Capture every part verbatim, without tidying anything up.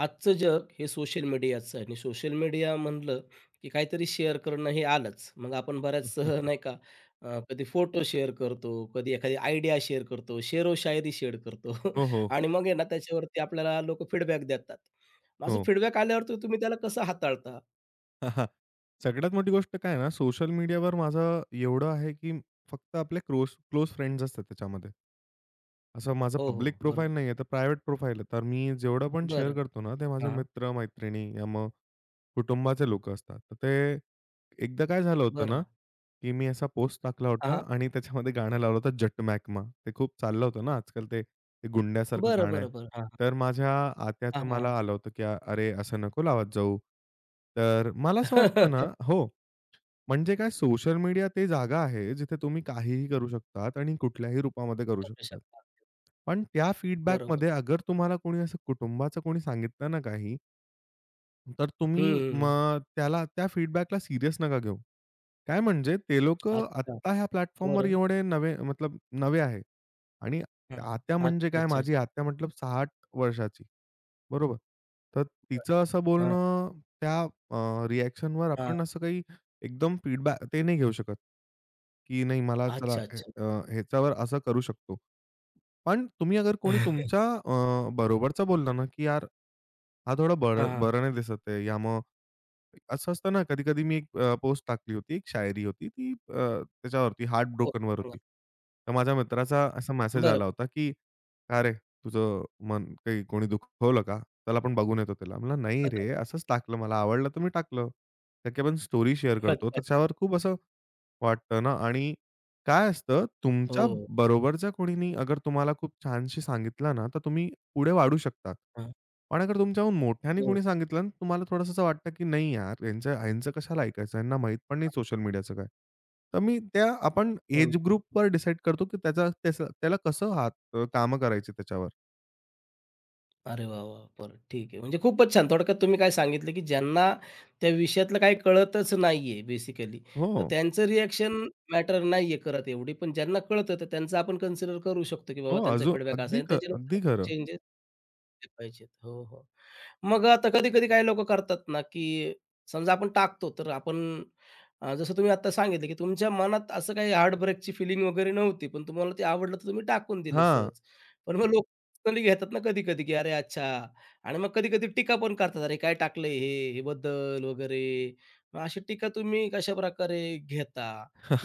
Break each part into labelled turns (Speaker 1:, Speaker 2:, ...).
Speaker 1: आजचं जग हे सोशल मीडियाचं आहे आणि सोशल मीडिया म्हणलं की काहीतरी शेअर करणं हे आलंच. मग आपण बऱ्याच अ, नाही का अ, कधी फोटो शेअर करतो, कधी एखादी आयडिया शेअर करतो, शेरो-शायरी शेअर करतो
Speaker 2: हो, हो,
Speaker 1: आणि मग आहे ना त्याच्यावरती आपल्याला लोकं फीडबॅक देतात. मग असं
Speaker 2: हो.
Speaker 1: फीडबॅक आल्यावरती तुम्ही त्याला कसं हाताळता?
Speaker 2: सगळ्यात मोठी गोष्ट काय आहे ना, सोशल मीडियावर माझं एवढं आहे, की फक्त आपले क्लोज क्लोज फ्रेंड्स असतात त्याच्यामध्ये. असं माझं
Speaker 1: हो,
Speaker 2: पब्लिक
Speaker 1: हो. बरोबर.
Speaker 2: प्रोफाईल नाहीये, तर प्रायव्हेट प्रोफाईल आहे. तर मी जेवढं पण शेअर
Speaker 1: बरं.
Speaker 2: करतो ना, ते माझे
Speaker 1: हां,
Speaker 2: मित्र-मैत्रिणी या मग कुटुंबाचे लोकं असतात. तर ते एकदा काय झालं होतं ना,
Speaker 1: बरं.
Speaker 2: की मी असा पोस्ट टाकला होता
Speaker 1: हां,
Speaker 2: आणि त्याच्यामध्ये गाणं लावलं होतं "जट महकमा." ते खूप चाललं होतं ना आजकाल ते, ते गुंड्यासारखं
Speaker 1: बरं,
Speaker 2: गाणं आहे.
Speaker 1: बरं, बरं. हां, हां.
Speaker 2: तर माझ्या आत्याचं
Speaker 1: हां,
Speaker 2: मला आलं होतं, की "अरे, असं नको लावत जाऊ." तर मला असं वाटतं ना हो, म्हणजे काय सोशल मीडिया ते जागा आहे, जिथे तुम्ही काहीही करू शकतात आणि कुठल्याही रूपामध्ये करू
Speaker 1: करू
Speaker 2: शकतात.
Speaker 1: शकता.
Speaker 2: पण त्या
Speaker 1: बरोबर.
Speaker 2: फीडबॅकमध्ये अगर तुम्हाला कोणी असं कुटुंबाचं कोणी सांगितलं ना काही, तर तुम्ही
Speaker 1: हं,
Speaker 2: मग त्याला त्या फीडबॅकला सीरियस नका घेऊ. काय म्हणजे ते लोकं
Speaker 1: अच्छा.
Speaker 2: आत्ता ह्या प्लॅटफॉर्मवर
Speaker 1: बरं.
Speaker 2: एवढे नवे मतलब नवे आहे. आणि
Speaker 1: हां.
Speaker 2: आत्या म्हणजे
Speaker 1: अच्छा,
Speaker 2: काय
Speaker 1: अच्छा, अच्छा.
Speaker 2: माझी आत्या मतलब साठ वर्षाची, बरोबर. तर तिचं असं बोलणं त्या अ, रिएक्शनवर आपण असं काही एकदम फीडबॅक ते नाही घेऊ शकत, की नाही मला चला
Speaker 1: अच्छा,
Speaker 2: हे
Speaker 1: अच्छा.
Speaker 2: अ, ह्याच्यावर असं करू शकतो. पण तुम्ही अगर कोणी तुमच्या अ, बरोबरचा बोलला ना, की "यार, हा थोडा
Speaker 1: हां,
Speaker 2: बरं
Speaker 1: हां.
Speaker 2: बरं नाही दिसत आहे." या असं असतं ना, कधी-कधी मी एक पोस्ट टाकली होती, एक शायरी होती ती अ, त्याच्यावरती हार्ट
Speaker 1: हो,
Speaker 2: ब्रोकनवर
Speaker 1: सांगा.
Speaker 2: होती. तर माझ्या मित्राचा असा मेसेज
Speaker 1: बरं.
Speaker 2: आला होता, की "का रे, तुझं मन काही कोणी दुखवलं का? चल आपण बघून येतो त्याला." म्हटलं, "नाही रे, असंच टाकलं मला आवडलं तर मी टाकलं." कारण की आपण स्टोरी शेअर
Speaker 1: अच्छा,
Speaker 2: करतो
Speaker 1: अच्छा.
Speaker 2: त्याच्यावर खूप असं वाटतं ना आणि काय असतं तुमच्या
Speaker 1: हो.
Speaker 2: बरोबरच्या कोणीनी अगर तुम्हाला खूप छानशी सांगितलं ना, तर तुम्ही पुढे वाढू शकतात.
Speaker 1: हां.
Speaker 2: पण अगर तुमच्याहून मोठ्याने
Speaker 1: हो,
Speaker 2: कोणी सांगितलं ना, तुम्हाला थोडंसं असं वाटतं, की नाही यार, यांचं ह्यांचं कशाला ऐकायचं? यांना माहीत पण नाही सोशल मीडियाचं काय. तर मी त्या आपण
Speaker 1: हो.
Speaker 2: एज ग्रुपवर डिसाईड करतो, की त्याचा त्याचं त्याला कसं हात अ, कामं करायची त्याच्यावर.
Speaker 1: अरे वाह, वाह! बरं ठीक आहे. म्हणजे खूपच छान. थोडक्यात तुम्ही काय सांगितलं, की ज्यांना त्या विषयातलं काही कळतच नाहीये बेसिकली, तर
Speaker 2: हो,
Speaker 1: त्यांचं रिएक्शन मॅटर नाहीये करत एवढी. पण ज्यांना कळतं, तर त्यांचं आपण कन्सिडर करू शकतो, की बाबा
Speaker 2: हो.
Speaker 1: त्यांचा
Speaker 2: अजून
Speaker 1: फीडबॅक असा
Speaker 2: अगदी
Speaker 1: आहे
Speaker 2: ख
Speaker 1: त्याच्यानुसार
Speaker 2: अगदी खरं.
Speaker 1: चेंजेस पाहिजेत. हो, हो. मग आता कधी-कधी काही लोकं करतात ना, की समजा आपण टाकतो, तर आपण अ, जसं तुम्ही आता सांगितलं, की तुमच्या मनात असं काही हार्ट ब्रेकची फीलिंग वगैरे नव्हती, पण तुम्हाला ते आवडलं, तर तुम्ही टाकून दिलं
Speaker 2: हां.
Speaker 1: सहज. पण मग कली घेतात ना कधी-कधी, की "अरे अच्छा!" आणि मग कधी-कधी टीका पण करतात, "अरे काय टाकलंय हे? हे बद्दल वगैरे." मग अशी टीका तुम्ही कशाप्रकारे घेता?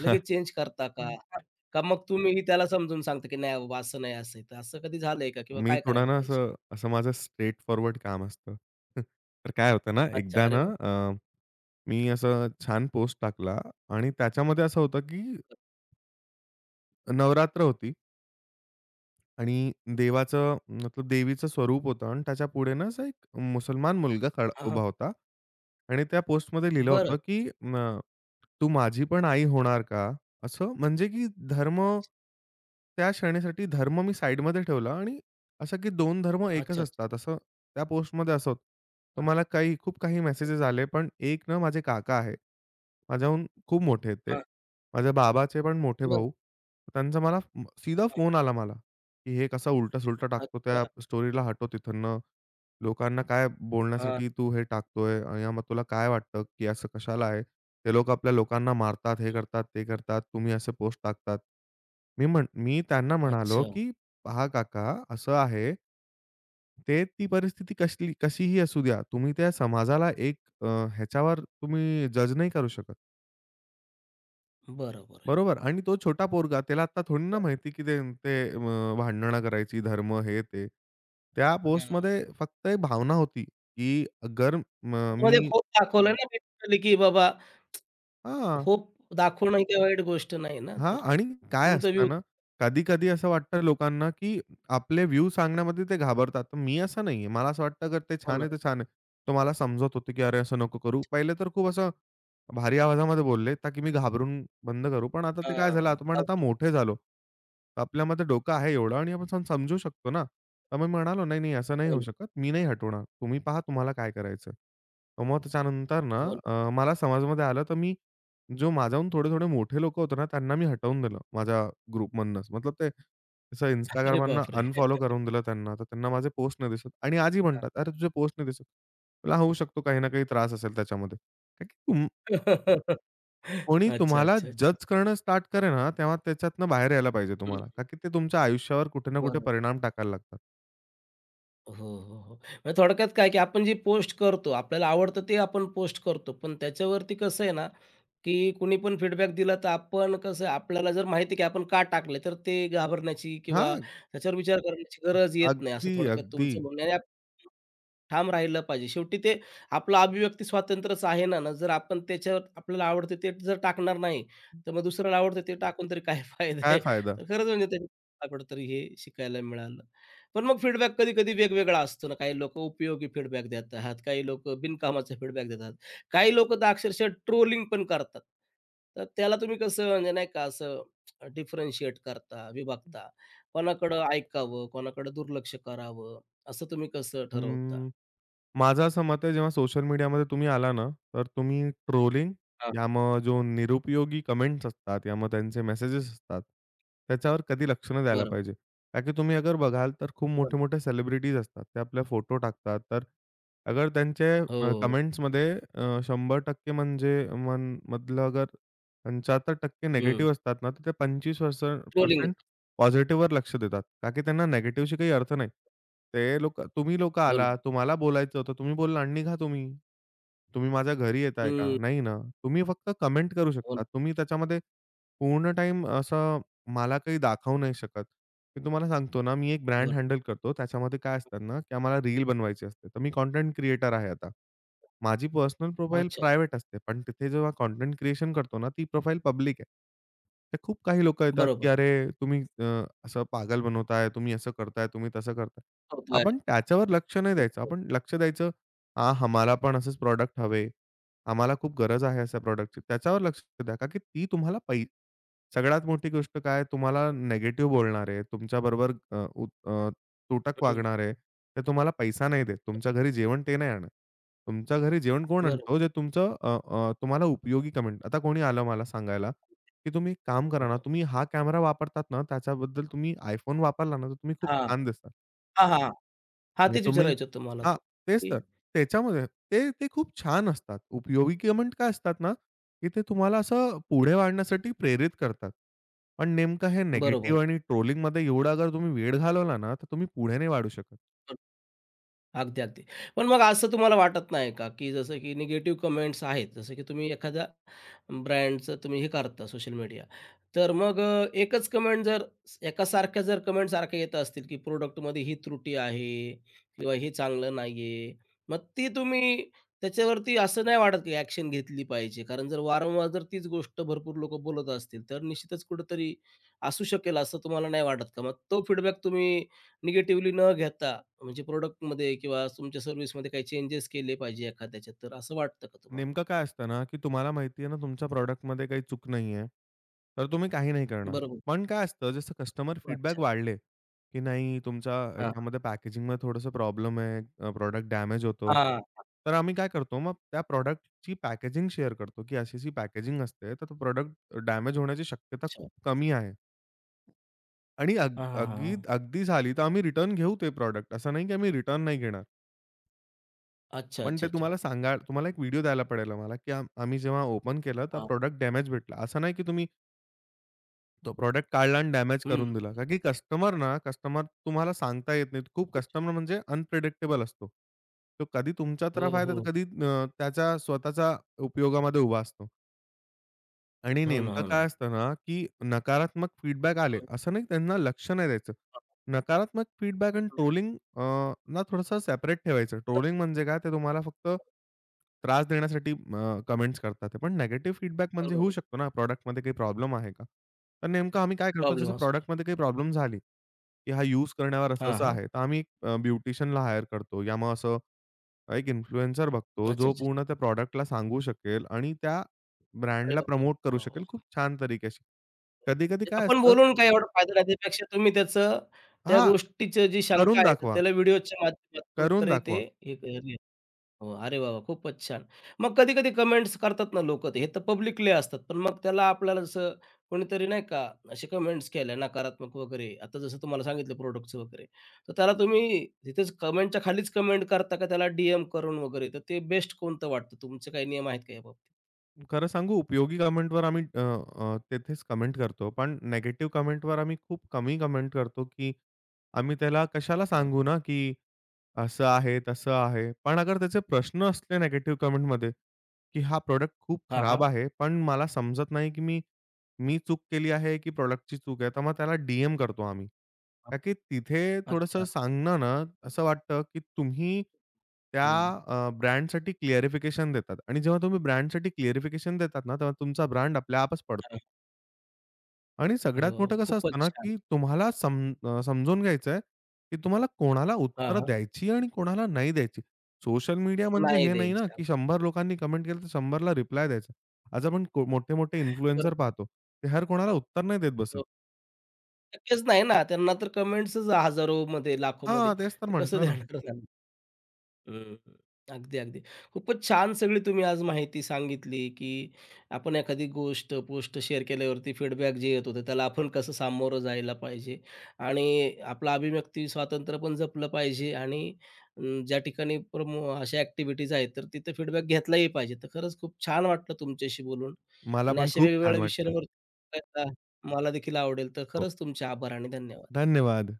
Speaker 1: लगेच चेंज करता का? का मग तुम्हीही त्याला समजून सांगता, की "नाही बाबा असं नाही, असं आहे." तर असं कधी झालंय का? किंवा
Speaker 2: मी
Speaker 1: काय
Speaker 2: थोडा
Speaker 1: करायला
Speaker 2: ना
Speaker 1: पाहिजे?
Speaker 2: असं असं माझं स्ट्रेट फॉरवर्ड काम असतं. तर काय होतं ना,
Speaker 1: अच्छा.
Speaker 2: एकदा
Speaker 1: अरे
Speaker 2: ना
Speaker 1: वाह!
Speaker 2: अ, मी असं छान पोस्ट टाकला आणि त्याच्यामध्ये असं होतं, की नवरात्र होती. आणि देवाचं मतलब देवीचं स्वरूप होतं आणि त्याच्यापुढे ना असा एक मुसलमान मुलगा खडा
Speaker 1: हां,
Speaker 2: उभा
Speaker 1: हां.
Speaker 2: होता. आणि त्या पोस्टमध्ये लिहिलं
Speaker 1: बरं.
Speaker 2: होतं, की अ, "तू माझी पण आई होणार का?" असं म्हणजे की धर्म
Speaker 1: अच्छा.
Speaker 2: त्या क्षणीसाठी धर्म मी साइडमध्ये ठेवला आणि असं की दोन धर्म एकच
Speaker 1: अच्छा, अच्छा.
Speaker 2: असतात असं त्या पोस्टमध्ये असं होतं. तर
Speaker 1: हां.
Speaker 2: मला काही खूप काही मेसेजेस आले. पण एक ना माझे काका आहे. माझ्याहून खूप मोठे आहेत ते.
Speaker 1: हां.
Speaker 2: माझ्या बाबाचे पण मोठे
Speaker 1: बरं.
Speaker 2: भाऊ. त्यांचा मला म- सीधा
Speaker 1: हां.
Speaker 2: फोन आला मला. की हे कसा उलटा-सुलटा टाकतो त्या
Speaker 1: अच्छा.
Speaker 2: स्टोरीला हटव तिथनं. लोकांना काय
Speaker 1: हां.
Speaker 2: बोलण्यासाठी तू हे टाकतोय? आणि मग तुला काय वाटतं की असं कशाला आहे? ते लोकं आपल्या लोकांना मारतात, हे
Speaker 1: हं.
Speaker 2: करतात, ते करतात. तुम्ही असे पोस्ट टाकतात. मी म्हण मी त्यांना म्हणालो
Speaker 1: अच्छा.
Speaker 2: की "पहा काका असं आहे" "ते ती परिस्थिती कसली कशीही असू द्या. तुम्ही त्या समाजाला एक अ, ह्याच्यावर तुम्ही जज नाही करू शकत."
Speaker 1: बरोबर आहे.
Speaker 2: बरोबर आणि तो छोटा पोरगा त्याला आता थोडी ना माहिती, की ते ते अ, भांडणं करायची, धर्म हे ते. त्या
Speaker 1: हां.
Speaker 2: पोस्टमध्ये फक्त एक भावना होती, की अगर म
Speaker 1: त्याच्यामध्ये
Speaker 2: मी
Speaker 1: खोट दाखवलं ना बेसिकली, की बाबा
Speaker 2: हां.
Speaker 1: होप दाखवणं ही काही वाईट गोष्ट नाही ना,
Speaker 2: हां.
Speaker 1: तर
Speaker 2: आणि काय
Speaker 1: तुमचं व्ह्यू
Speaker 2: असतं ना, कधी-कधी असं वाटतं लोकांना, की आपले व्ह्यू सांगण्यामध्ये ते घाबरतात. तर मी असं नाहीये. मला असं वाटतं अगर ते
Speaker 1: हो
Speaker 2: छान
Speaker 1: ना.
Speaker 2: आहे, तर छान आहे. तर मला समजत होते, की "अरे, असं नको करू." पहिले तर खूप असं भारी आवाजामध्ये बोलले, ताकी मी घाबरून बंद करू. पण आता ते काय झालं,
Speaker 1: हां.
Speaker 2: आपण आता
Speaker 1: अगदी.
Speaker 2: मोठे झालो. तर आपल्यामध्ये डोकं आहे एवढं आणि आपण समजू शकतो ना. तर मी म्हणालो, "नाही, नाही, असं नाही
Speaker 1: हो
Speaker 2: होऊ
Speaker 1: ना,
Speaker 2: शकत. मी नाही हटवणार. तुम्ही पहा तुम्हाला काय करायचंय." तर मग त्याच्यानंतर ना
Speaker 1: हो ना.
Speaker 2: अ, मला समजमध्ये आलं, तर मी जो माझ्याहून थोडे-थोडे मोठे लोकं होते ना, त्यांना मी हटवून दिलं माझ्या ग्रुपमधनंच. मतलब ते असं
Speaker 1: अरे
Speaker 2: Instagramवरनं
Speaker 1: बापरे!
Speaker 2: अनफॉलो करून दिलं त्यांना. तर त्यांना माझे पोस्ट नाही दिसत आणि आजही म्हणतात, "अरे, तुझे पोस्ट नाही दिसत." मला होऊ शकतो काही ना काही त्रास असेल त्याच्यामध्ये. का की तुम
Speaker 1: हां.
Speaker 2: कोणी
Speaker 1: अच्छा,
Speaker 2: तुम्हाला
Speaker 1: अच्छा, अच्छा.
Speaker 2: जज करणं स्टार्ट करेल ना, तेव्हा त्याच्यातनं बाहेर यायला पाहिजे
Speaker 1: हं.
Speaker 2: तुम्हाला. का की ते तुमच्या आयुष्यावर कुठे ना कुठे
Speaker 1: बरं.
Speaker 2: परिणाम टाकायला लागतात.
Speaker 1: हो, हो, हो. म्हणजे थोडक्यात काय, की आपण जे पोस्ट करतो, आपल्याला आवडतं ते आपण पोस्ट करतो. पण त्याच्यावरती कसं आहे ना, की कुणी पण फीडबॅक दिला तर आपण कसं आहे, आपल्याला जर माहिती आहे, की आपण का टाकले, तर ते घाबरण्याची किंवा
Speaker 2: हां,
Speaker 1: त्याच्यावर विचार करण्याची गरज येत नाही, असं
Speaker 2: अगदी,
Speaker 1: थोडक्यात
Speaker 2: अगदी.
Speaker 1: तुमचं म्हणणं आहे. आणि आपण ठाम राहिलं पाहिजे. शेवटी ते आपलं अभिव्यक्ती स्वातंत्र्यच आहे ना, ना जर आपण त्याच्यावर आपल्याला आवडते ते जर टाकणार नाही, तर मग दुसऱ्याला आवडतं ते टाकून तरी काय फायदा
Speaker 2: काय
Speaker 1: आहे.
Speaker 2: फायदा?
Speaker 1: तर खरंच म्हणजे त्याच्याकडून तरी हे शिकायला मिळालं. पण मग फीडबॅक कधी कधी वेगवेगळा असतो ना काही लोक उपयोगी फीडबॅक देतात काही लोक बिनकामाचा फीडबॅक देतात काही लोक तर अक्षरशः ट्रोलिंग पण करतात तर त्याला तुम्ही कसं म्हणजे नाही का असं डिफरन्शिएट करता विभागता कोणाकडं ऐकावं कोणाकडं दुर्लक्ष करावं असं तुम्ही कसं ठरवता.
Speaker 2: हं. माझं असं मत आहे जेव्हा सोशल मीडियामध्ये तुम्ही आला ना, तर तुम्ही ट्रोलिंग,
Speaker 1: हा.
Speaker 2: या मग जो निरुपयोगी कमेंट्स असतात, या मग त्यांचे मेसेजेस असतात, त्याच्यावर कधी लक्ष न द्यायला
Speaker 1: बरं,
Speaker 2: पाहिजे. कारण की तुम्ही अगर बघाल तर खूप
Speaker 1: बरं.
Speaker 2: मोठे-मोठे सेलिब्रिटीज असतात. ते आपले फोटो टाकतात. तर अगर त्यांचे अ,
Speaker 1: हो,
Speaker 2: कमेंट्समध्ये अ, शंभर टक्के म्हणजे मन मधलं अगर पंचाहत्तर टक्के
Speaker 1: हम्म,
Speaker 2: निगेटिव्ह असतात ना, तर ते
Speaker 1: ट्रोलिंग,
Speaker 2: पंचवीस टक्के पॉझिटिव्हवर लक्ष देतात. का की त्यांना निगेटिव्हशी काही अर्थ नाही. ते लोकं तुम्ही लोकं
Speaker 1: हो ना,
Speaker 2: आला, तुम्हाला बोलायचं होतं, तुम्ही बोलला आणि निघा तुम्ही. तुम्ही माझ्या घरी येताय का?
Speaker 1: हम्म,
Speaker 2: नाही ना. तुम्ही फक्त कमेंट करू
Speaker 1: हो
Speaker 2: शकता.
Speaker 1: ना.
Speaker 2: तुम्ही त्याच्यामध्ये पूर्ण टाईम असा मला काही दाखवू नाही शकत. मी तुम्हाला सांगतो ना, मी एक ब्रँड
Speaker 1: बरं,
Speaker 2: हँडल करतो. त्याच्यामध्ये काय असतात ना, की आम्हाला रील बनवायची असते. तर मी कंटेंट क्रिएटर आहे आता. माझी पर्सनल प्रोफाइल
Speaker 1: अच्छा,
Speaker 2: प्रायव्हेट असते. पण तिथे जेव्हा कंटेंट क्रिएशन करतो ना, ती प्रोफाइल पब्लिक आहे. तर खूप काही लोकं येतात, की
Speaker 1: बरोबर,
Speaker 2: "अरे, तुम्ही अ, असं पागल बनवताय, तुम्ही असं करताय, तुम्ही तसं करताय."
Speaker 1: होत आहे.
Speaker 2: आपण त्याच्यावर लक्ष नाही द्यायचं. आपण लक्ष द्यायचं, "हां, आम्हाला पण असेच प्रॉडक्ट हवे. आम्हाला खूप गरज आहे अशा प्रॉडक्टची." त्याच्यावर लक्ष द्या. का की ती तुम्हाला पै सगळ्यात मोठी गोष्ट काय तुम्हाला निगेटिव्ह बोलणार आहे, तुमच्याबरोबर अ, उत अ, तुटक
Speaker 1: हम्म.
Speaker 2: वागणार आहे, ते तुम्हाला पैसा नाही देत. तुमच्या घरी जेवण ते नाही आणत. तुमच्या घरी जेवण कोण
Speaker 1: बरं.
Speaker 2: आणतो? जे तुमचं अ, अ, तुम्हाला उपयोगी कमेंट आता कोणी आलं मला सांगायला, की तुम्ही एक काम
Speaker 1: हो,
Speaker 2: करा ना,
Speaker 1: हो.
Speaker 2: तुम्ही हा कॅमेरा वापरतात ना, त्याच्याबद्दल तुम्ही iPhone वापरला ना, तर तुम्ही खूप
Speaker 1: हा,
Speaker 2: छान दिसतात.
Speaker 1: हा, हा, हां,
Speaker 2: म्हणजे
Speaker 1: तेच
Speaker 2: तुम्ही
Speaker 1: विचारायचं होतं मला
Speaker 2: हां,
Speaker 1: तो,
Speaker 2: तेच
Speaker 1: की
Speaker 2: तर. त्याच्यामध्ये ते ते खूप छान असतात. उपयोगी कमेंट काय असतात ना, की ते तुम्हाला असं पुढे वाढण्यासाठी प्रेरित करतात. पण नेमकं हे
Speaker 1: बरोबर.
Speaker 2: निगेटिव्ह आणि ट्रोलिंगमध्ये एवढा जर तुम्ही वेळ घालवला ना, तर तुम्ही पुढे नाही वाढू शकत.
Speaker 1: अगदी, अगदी. पण मग असं तुम्हाला वाटत नाही का, की जसं की निगेटिव्ह कमेंट्स आहेत, जसं की तुम्ही एखाद्या ब्रँडचं तुम्ही हे करता सोशल मीडिया, तर मग अ, एकच कमेंट जर स- एकासारख्या जर कमेंट सारख्या येत असतील, की प्रोडक्टमध्ये ही त्रुटी आहे किंवा हे चांगलं नाहीये, मग ती तुम्ही त्याच्यावरती असं नाही वाटत की ॲक्शन घेतली पाहिजे? कारण जर वारंवार जर तीच गोष्ट भरपूर लोकं बोलत असतील, तर निश्चितच कुठेतरी असू शकेल असं तुम्हाला नाही वाटत का? मग तो फीडबॅक तुम्ही निगेटिव्हली न घेता, म्हणजे प्रॉडक्टमध्ये किंवा तुमच्या सर्व्हिसमध्ये काही चेंजेस केले पाहिजे एखाद्याच्या, तर असं वाटतं का तुम्हाला मग?
Speaker 2: नेमकं काय असतं ना, की तुम्हाला माहिती आहे ना, तुमच्या प्रॉडक्टमध्ये काही चूक नाही आहे. तर तुम्ही काही नाही करणार.
Speaker 1: बरोबर.
Speaker 2: पण काय असतं, जसं कस्टमर फीडबॅक
Speaker 1: अच्छा.
Speaker 2: वाढले, की नाही तुमच्या
Speaker 1: हां,
Speaker 2: ह्याच्यामध्ये पॅकेजिंगमध्ये थोडंसं प्रॉब्लेम आहे, प्रॉडक्ट डॅमेज होतो.
Speaker 1: हां.
Speaker 2: तर आम्ही काय करतो, मग त्या प्रॉडक्टची पॅकेजिंग शेअर करतो, की अशी-अशी पॅकेजिंग असते, तर तो प्रॉडक्ट डॅमेज होण्याची शक्यता
Speaker 1: अच्छा.
Speaker 2: खूप कमी आहे आणि अग
Speaker 1: हां, हां, हां,
Speaker 2: अगदी
Speaker 1: हां.
Speaker 2: अगदी झाली, तर आम्ही रिटर्न घेऊ ते प्रॉडक्ट. असं नाही की आम्ही रिटर्न नाही घेणार.
Speaker 1: अच्छा,
Speaker 2: पण
Speaker 1: अच्छा,
Speaker 2: ते
Speaker 1: अच्छा.
Speaker 2: तुम्हाला सांगा तुम्हाला एक व्हिडिओ द्यायला पडेल आम्हाला, की आम आम्ही जेव्हा ओपन केलं तर
Speaker 1: हां.
Speaker 2: प्रोड़क्ट डॅमेज भेटला. असं नाही की तुम्ही तो प्रॉडक्ट काढला आणि डॅमेज
Speaker 1: हं.
Speaker 2: करून दिला. का की कस्टमर ना, कस्टमर तुम्हाला सांगता येत नाही. खूप कस्टमर म्हणजे अनप्रेडिक्टेबल असतो. तो कधी तुमच्या
Speaker 1: हो,
Speaker 2: तरफ
Speaker 1: हो,
Speaker 2: आहे, तर
Speaker 1: हो.
Speaker 2: कधी अ, त्याच्या स्वतःच्या उपयोगामध्ये उभा असतो. आणि
Speaker 1: हो ना,
Speaker 2: नेमकं
Speaker 1: हो
Speaker 2: काय
Speaker 1: ना.
Speaker 2: असतं ना, की नकारात्मक फीडबॅक आले,
Speaker 1: हं.
Speaker 2: असं नाही त्यांना लक्ष नाही द्यायचं. नकारात्मक फीडबॅक आणि ट्रोलिंग ना थोडंसं सेपरेट ठेवायचं. ट्रोलिंग म्हणजे काय, ते तुम्हाला फक्त त्रास देण्यासाठी अ, कमेंट्स करतात ते. पण निगेटिव्ह फीडबॅक म्हणजे होऊ शकतो ना, प्रॉडक्टमध्ये काही प्रॉब्लेम आहे का? तर नेमकं आम्ही काय करतो,
Speaker 1: प्रॉब्लेम
Speaker 2: जसं
Speaker 1: असू शकतो.
Speaker 2: प्रॉडक्टमध्ये काही प्रॉब्लेम झाली, की हा यूज करण्यावर
Speaker 1: हां,
Speaker 2: असं-असं
Speaker 1: हां.
Speaker 2: आहे. तर आम्ही एक अ, ब्युटिशियनला हायर करतो या मग असं एक इन्फ्लुएन्सर बघतो,
Speaker 1: अच्छा,
Speaker 2: जो
Speaker 1: अच्छा.
Speaker 2: पूर्ण त्या प्रॉडक्टला सांगू शकेल आणि त्या
Speaker 1: अरे
Speaker 2: ब्रँडला
Speaker 1: वाह,
Speaker 2: प्रमोट करू
Speaker 1: वाह,
Speaker 2: शकेल
Speaker 1: वाह!
Speaker 2: खूप छान तरीक्याशी. कधी-कधी
Speaker 1: म्हणजे
Speaker 2: काय
Speaker 1: आपण
Speaker 2: असतं
Speaker 1: बोलून काही एवढा फायदा नाही, त्यापेक्षा तुम्ही त्याचं त्या
Speaker 2: हां,
Speaker 1: गोष्टीचं जी शंका
Speaker 2: करून
Speaker 1: आहे, तर
Speaker 2: दाखवा,
Speaker 1: त्याला व्हिडिओच्या माध्यमातून
Speaker 2: करून
Speaker 1: तरी ते
Speaker 2: दाखवा.
Speaker 1: हे हो, अरे वाह! वाह! खूपच छान. मग कधी-कधी कमेंट्स करतात ना लोकं, हे तर पब्लिकली असतात. पण मग त्याला आपल्याला जसं कोणीतरी नाही का असे कमेंट्स केल्या नकारात्मक वगैरे, आता जसं तुम्हाला सांगितलं प्रोडक्टचं वगैरे, तर त्याला तुम्ही तिथेच कमेंटच्या खालीच कमेंट करता का त्याला डी-एम करून वगैरे, तर ते बेस्ट कोणतं वाटतं? तुमचे काही नियम आहेत का याबाबतीत?
Speaker 2: खरं सांगू उपयोगी कमेंटवर आम्ही अ, अ, तेथेच कमेंट करतो. पण निगेटिव्ह कमेंटवर आम्ही खूप कमी कमेंट करतो, की आम्ही त्याला कशाला
Speaker 1: हां.
Speaker 2: सांगू ना, की असं आहे, तसं आहे. पण अगर त्याचे प्रश्न असले निगेटिव्ह कमेंटमध्ये, की हा प्रॉडक्ट खूप
Speaker 1: हां,
Speaker 2: खराब
Speaker 1: हां.
Speaker 2: आहे, पण मला समजत नाही, की मी मी चूक केली आहे, की प्रॉडक्टची चूक आहे. तर मग त्याला डी-एम करतो आम्ही. का की तिथे थोडंसं
Speaker 1: अच्छा.
Speaker 2: सांगणं ना, असं वाटतं, की तुम्ही त्या
Speaker 1: हं.
Speaker 2: अ, ब्रँडसाठी क्लिअरिफिकेशन देतात आणि जेव्हा तुम्ही ब्रँडसाठी क्लिअरिफिकेशन देतात ना, तेव्हा तुमचा ब्रँड आपल्या आपच पडतो. आणि
Speaker 1: अरे
Speaker 2: सगळ्यात
Speaker 1: वाह!
Speaker 2: मोठं
Speaker 1: वाह!
Speaker 2: कसं
Speaker 1: खूपच
Speaker 2: असतं ना,
Speaker 1: छान.
Speaker 2: की तुम्हाला सम अ, समजून घ्यायचं आहे, की तुम्हाला कोणाला
Speaker 1: हां,
Speaker 2: उत्तरं
Speaker 1: हां.
Speaker 2: द्यायची आणि कोणाला नाही द्यायची. सोशल मीडिया म्हणजे
Speaker 1: नाही
Speaker 2: हे नाही ना,
Speaker 1: द्यायची.
Speaker 2: की शंभर लोकांनी कमेंट केलं तर शंभरला रिप्लाय द्यायचा. आज आपण को मोठे-मोठे इन्फ्लुएन्सर पाहतो. ते हर कोणाला उत्तर नाही देत बसत.
Speaker 1: हो. शक्यच नाही ना. त्यांना तर कमेंट्सच हजारोमध्ये,
Speaker 2: हां,
Speaker 1: लाखोमध्ये.
Speaker 2: तेच तर
Speaker 1: ते कसं
Speaker 2: म्हणतोय ना.
Speaker 1: देणार त्यांना? हं, अगदी, अगदी. खूपच छान सगळी तुम्ही आज माहिती सांगितली, की आपण एखादी गोष्ट पोस्ट शेअर केल्यावरती फीडबॅक जे येत होतं, त्याला आपण कसं सामोरं जायला पाहिजे आणि आपलं अभिव्यक्ती स्वातंत्र्य पण जपलं पाहिजे आणि अं, ज्या ठिकाणी प्रमो अशा ॲक्टिव्हिटीज आहेत, तर तिथे फीडबॅक घेतलाही पाहिजे. तर खरंच खूप छान वाटलं तुमच्याशी बोलून
Speaker 2: मला
Speaker 1: आणि
Speaker 2: पण
Speaker 1: अशा
Speaker 2: खूप
Speaker 1: वेगवेगळ्या
Speaker 2: छान वाटलं.
Speaker 1: विषयांवर मला देखील आवडेल. तर
Speaker 2: हो,
Speaker 1: खरंच तुमचे आभार आणि धन्यवाद.
Speaker 2: धन्यवाद.